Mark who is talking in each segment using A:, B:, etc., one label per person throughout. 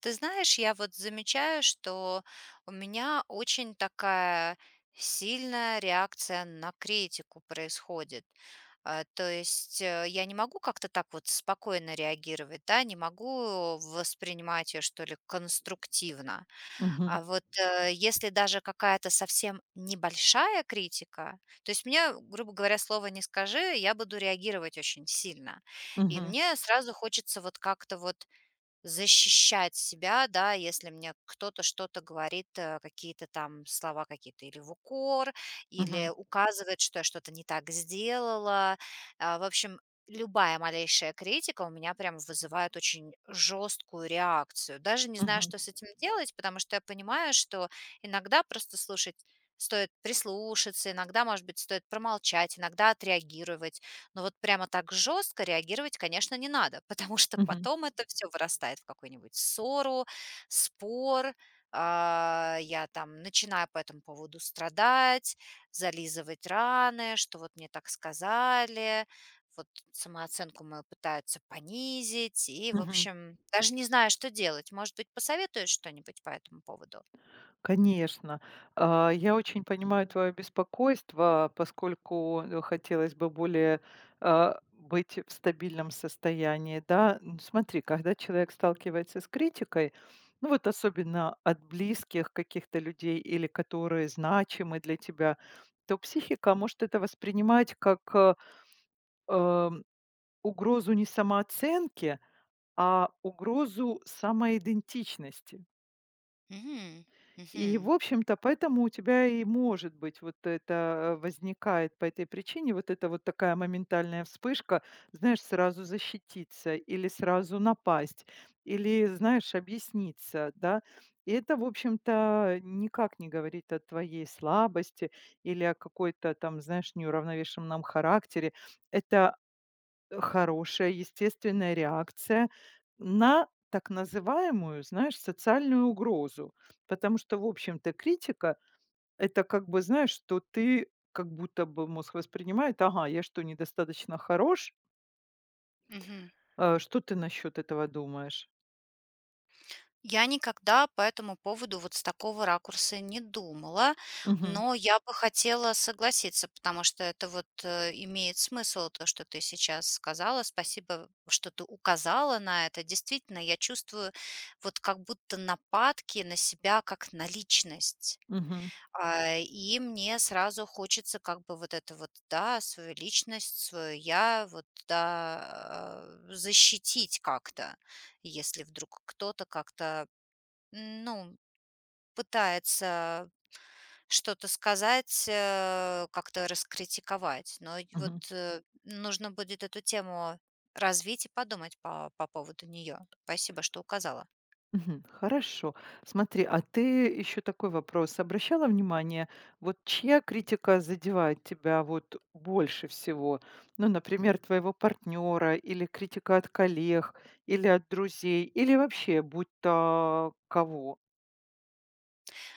A: Ты знаешь, я вот замечаю, что у меня очень такая сильная реакция на критику происходит. То есть я не могу как-то так вот спокойно реагировать, да, не могу воспринимать ее, что ли, конструктивно.
B: Мгм.
A: Если даже какая-то совсем небольшая критика, то есть мне, грубо говоря, слово не скажи, я буду реагировать очень сильно. И
B: Мгм.
A: мне сразу хочется вот как-то вот защищать себя, да, если мне кто-то что-то говорит, какие-то там слова какие-то или в укор, или
B: Мгм.
A: указывает, что я что-то не так сделала. В общем, любая малейшая критика у меня прям вызывает очень жесткую реакцию. Даже не знаю,
B: Мгм.
A: что с этим делать, потому что я понимаю, что иногда просто слушать стоит прислушаться, иногда, может быть, стоит промолчать, иногда отреагировать. Но вот прямо так жестко реагировать, конечно, не надо, потому что
B: Мгм.
A: потом это все вырастает в какую-нибудь ссору, спор. Я там начинаю по этому поводу страдать, зализывать раны, что вот мне так сказали, вот самооценку мою пытаются понизить, и, в
B: Мгм.
A: общем, даже не знаю, что делать. Может быть, посоветуешь что-нибудь по этому поводу?
B: Конечно. Я очень понимаю твое беспокойство, поскольку, хотелось бы более, быть в стабильном состоянии, да. Н смотри, когда человек сталкивается с критикой, ну, вот особенно от близких каких-то людей или которые значимы для тебя, то психика может это воспринимать как, эм, угрозу не самооценки, а угрозу самоидентичности.
A: Мгм.
B: И, в
A: Мгм.
B: общем-то, поэтому у тебя и может быть вот это возникает по этой причине, вот это вот такая моментальная вспышка, знаешь, сразу защититься или сразу напасть, или, знаешь, объясниться, да. И это, в общем-то, никак не говорит о твоей слабости или о какой-то там, знаешь, неуравновешенном характере. Это хорошая естественная реакция на так называемую, знаешь, социальную угрозу. Потому что, в общем-то, критика- это как бы, знаешь, что ты как будто бы мозг воспринимает: "Ага, я что, недостаточно хорош?
A: Мгм.
B: Что ты насчет этого думаешь?"
A: Я никогда по этому поводу вот с такого ракурса не думала,
B: Мгм,
A: но я бы хотела согласиться, потому что это вот имеет смысл, то, что ты сейчас сказала. Спасибо, что ты указала на это. Действительно, я чувствую вот как будто нападки на себя как на личность.
B: мгм,
A: И мне сразу хочется как бы вот это вот, да, свою личность, свое я, вот, да, защитить как-то, если вдруг кто-то как-то М, ну, пытается что-то сказать, как-то раскритиковать. Но и вот,
B: мгм.
A: нужно будет эту тему развить и подумать по поводу нее. Спасибо, что указала.
B: Мгм. Хорошо. Смотри, а ты еще такой вопрос. Обращала внимание, вот чья критика задевает тебя вот больше всего? Ну, например, твоего партнера, или критика от коллег, или от друзей, или вообще будь то кого?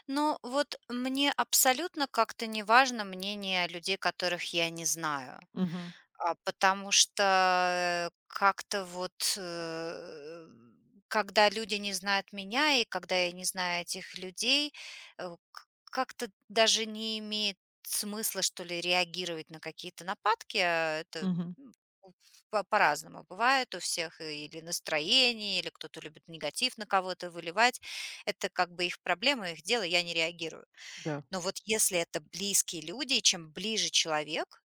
A: Но вот мне абсолютно как-то не важно мнение людей, которых я не знаю.
B: Мгм.
A: Потому что, как-то вот, когда люди не знают меня и когда я не знаю этих людей, э, к как-то даже не имеет смысла, что ли, реагировать на какие-то нападки. А, это,
B: Мгм.
A: м, у по по-разному бывает у всех. Или настроение, или кто-то любит негатив на кого-то выливать. Это как бы их проблема, их дело, я не реагирую.
B: Да.
A: Но вот если это близкие люди, и чем ближе человек,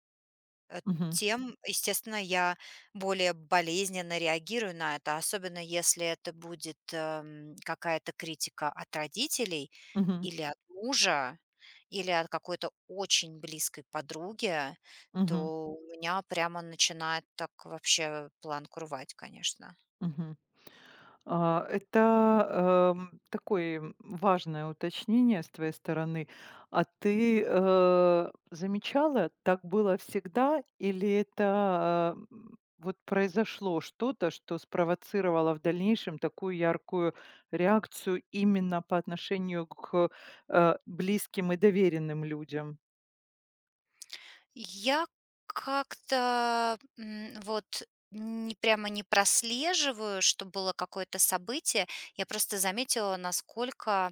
A: э,
B: Мгм.
A: тем, естественно, я более болезненно реагирую на это, особенно если это будет какая-то критика от родителей
B: Мгм.
A: или от мужа, или от какой-то очень близкой подруги,
B: Мгм.
A: то у меня прямо начинает так вообще планку рвать, конечно.
B: Мгм. Это такое важное уточнение с твоей стороны. А ты замечала, так было всегда, или это вот произошло что-то, что спровоцировало в дальнейшем такую яркую реакцию именно по отношению к близким и доверенным людям?
A: Я как-то м, вот не прослеживаю, что было какое-то событие. Я просто заметила, насколько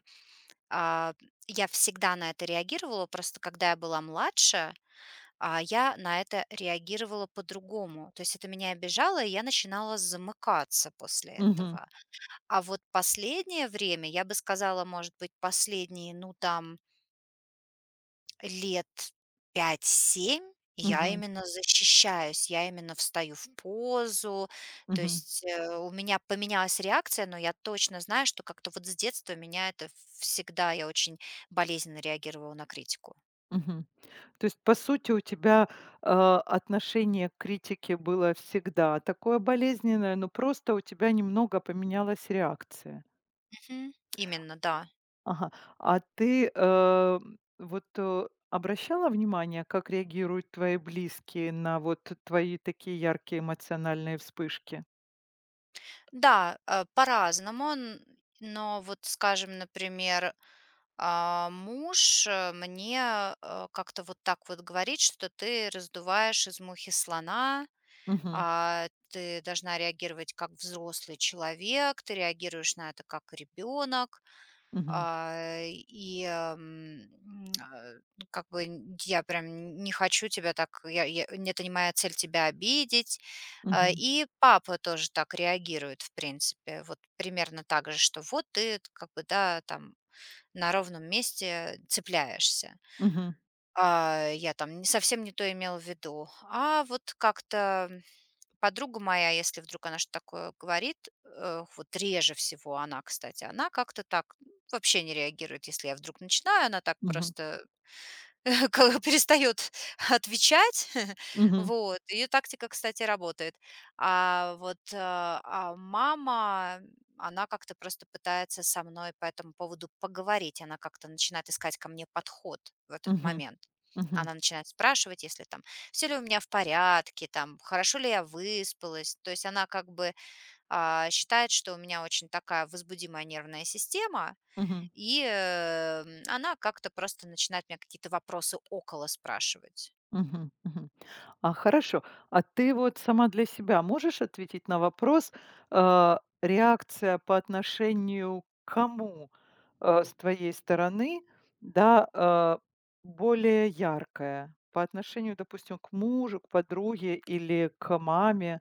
A: А, я всегда на это реагировала, просто когда я была младше, я на это реагировала по-другому. То есть это меня обижало, и я начинала замыкаться после
B: Мгм,
A: этого. А вот последнее время, я бы сказала, может быть, последние, ну, там лет 5-7 я
B: мгм,
A: именно защищаюсь, я именно встаю в позу. То
B: мгм.
A: есть, у меня поменялась реакция, но я точно знаю, что как-то вот с детства меня это всегда я очень болезненно реагировала на критику.
B: Мгм. То есть, по сути, у тебя, отношение к критике было всегда такое болезненное, но просто у тебя немного поменялась реакция.
A: Мгм. Именно, да.
B: Ага. А ты, вот, обращала внимание, как реагируют твои близкие на вот твои такие яркие эмоциональные вспышки?
A: Да, по-разному, н но вот, скажем, например, муж, мне, как-то вот так вот говорит, что: "Ты раздуваешь из мухи слона. А ты должна реагировать как взрослый человек, ты реагируешь на это как ребенок,
B: Мгм.
A: ну, как бы я прям не хочу тебя так, это не моя цель тебя обидеть". А,
B: Мгм.
A: И папа тоже так реагирует, в принципе, вот примерно так же, что вот ты как бы, да, там на ровном месте цепляешься.
B: Мгм.
A: "Я там совсем не то имела в виду", а вот как-то подруга моя, если вдруг она что-то такое говорит, вот реже всего она, кстати, она как-то так, ну, вообще не реагирует. Если я вдруг начинаю, она так
B: Мгм.
A: просто ка перестаёт отвечать.
B: Мгм.
A: Вот. Ее тактика, кстати, работает. А вот, мама, она как-то просто пытается со мной по этому поводу поговорить. Она как-то начинает искать ко мне подход в этот
B: Мгм.
A: момент.
B: Мгм.
A: Она начинает спрашивать, если там все ли у меня в порядке, там хорошо ли я выспалась. То есть она как бы, считает, что у меня очень такая возбудимая нервная система.
B: Мгм.
A: И, она как-то просто начинает меня какие-то вопросы около спрашивать.
B: Мгм, мгм. Хорошо. А ты вот сама для себя можешь ответить на вопрос, реакция по отношению к кому, с твоей стороны, да, более яркая? По отношению, допустим, к мужу, к подруге или к маме?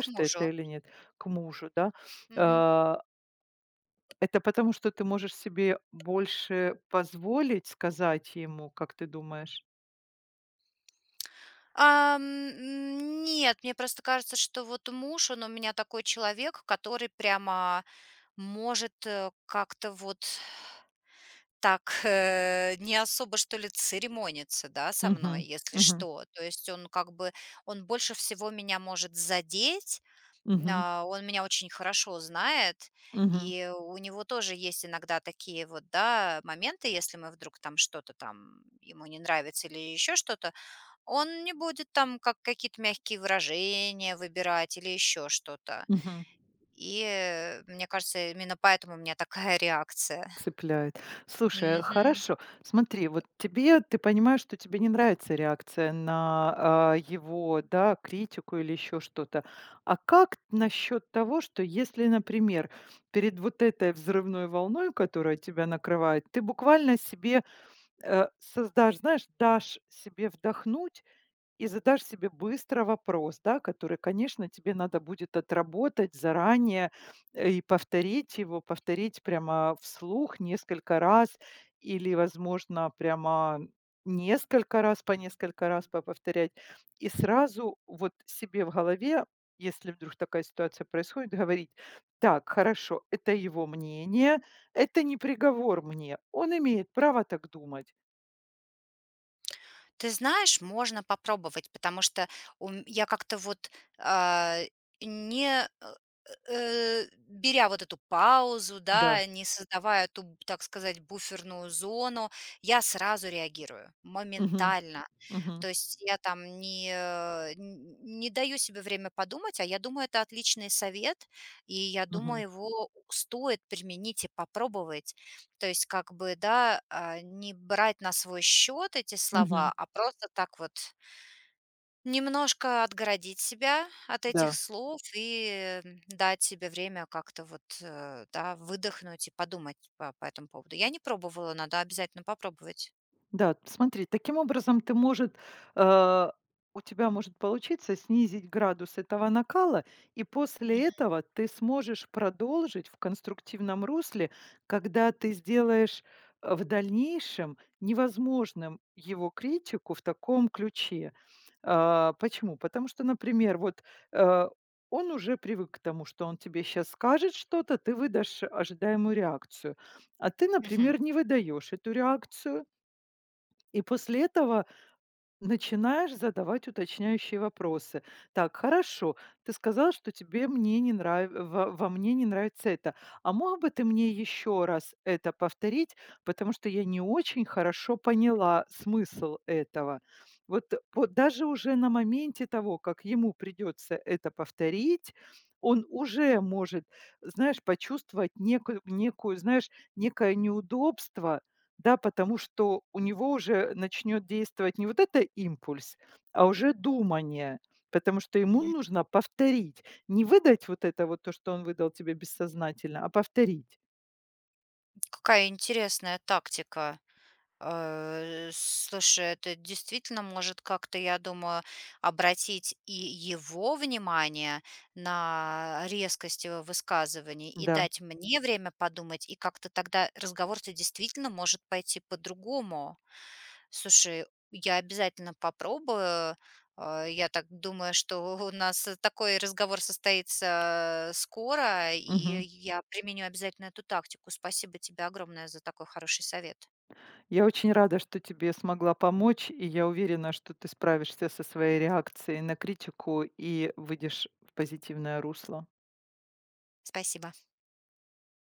A: К
B: ты
A: мужу.
B: это или нет? К мужу, да?
A: Мгм.
B: Э, это потому, что ты можешь себе больше позволить сказать ему, как ты думаешь?
A: Нет, мне просто кажется, что вот муж, он у меня такой человек, который прямо может, как-то вот так, не особо, что ли, церемонится, да, со мной,
B: Мгм,
A: если
B: мгм.
A: что. То есть он как бы, он больше всего меня может задеть,
B: Мгм.
A: он меня очень хорошо знает,
B: Мгм.
A: и у него тоже есть иногда такие вот, да, моменты, если мы вдруг там что-то там ему не нравится или еще что-то, он не будет там как какие-то мягкие выражения выбирать или еще что-то.
B: Мгм.
A: И мне кажется, именно поэтому у меня такая реакция.
B: Цепляет. Слушай,
A: Мгм.
B: хорошо. Смотри, вот тебе ты понимаешь, что тебе не нравится реакция на, его, да, критику или еще что-то. А как насчет того, что если, например, перед вот этой взрывной волной, которая тебя накрывает, ты буквально себе, создашь, знаешь, дашь себе вдохнуть и задашь себе быстро вопрос, да, который, конечно, тебе надо будет отработать заранее, и повторить его, повторить прямо вслух несколько раз, или, возможно, прямо несколько раз, по несколько раз повторять. И сразу вот себе в голове, если вдруг такая ситуация происходит, говорить: так, хорошо, это его мнение, это не приговор мне, он имеет право так думать.
A: Ты знаешь, можно попробовать, потому что у м я как-то вот, а, не, э, э, беря вот эту паузу,
B: Да.
A: да, не создавая эту, так сказать, буферную зону, я сразу реагирую,
B: Мгм.
A: моментально.
B: Мгм.
A: То есть я там не, э, н не даю себе время подумать, а я думаю, это отличный совет, и я думаю,
B: Мгм.
A: его стоит применить и попробовать. То есть как бы, да, не брать на свой счет эти
B: Мгм.
A: слова, а просто так вот немножко отгородить себя от этих
B: Да.
A: слов и дать себе время как-то вот, да, выдохнуть и подумать по этому поводу. Я не пробовала, надо обязательно попробовать.
B: Да, смотри, таким образом ты может, э, у тебя может получиться снизить градус этого накала, и после
A: Мгм.
B: этого ты сможешь продолжить в конструктивном русле, когда ты сделаешь в дальнейшем невозможным его критику в таком ключе. Почему? Потому что, например, вот э, он уже привык к тому, что он тебе сейчас скажет что-то, ты выдашь ожидаемую реакцию, а ты,
A: Мгм.
B: например, не выдаешь эту реакцию, и после этого начинаешь задавать уточняющие вопросы. Так, хорошо, ты сказал, что тебе мне не нрав... во мне не нравится это. А мог бы ты мне еще раз это повторить, потому что я не очень хорошо поняла смысл этого. Вот, вот даже уже на моменте того, как ему придется это повторить, он уже может, знаешь, почувствовать некую, знаешь, некое неудобство, да, потому что у него уже начнет действовать не вот это импульс, а уже думание, потому что ему
A: Мгм.
B: нужно повторить, не выдать вот это вот то, что он выдал тебе бессознательно, а повторить.
A: Какая интересная тактика. Слушай, это действительно может как-то, я думаю, обратить и его внимание на резкость его высказываний и
B: Да.
A: дать мне время подумать, и как-то тогда разговор-то действительно может пойти по-другому. Слушай, я обязательно попробую. Я так думаю, что у нас такой разговор состоится скоро, и
B: Мгм.
A: я применю обязательно эту тактику. Спасибо тебе огромное за такой хороший совет.
B: Я очень рада, что тебе смогла помочь, и я уверена, что ты справишься со своей реакцией на критику и выйдешь в позитивное русло.
A: Спасибо.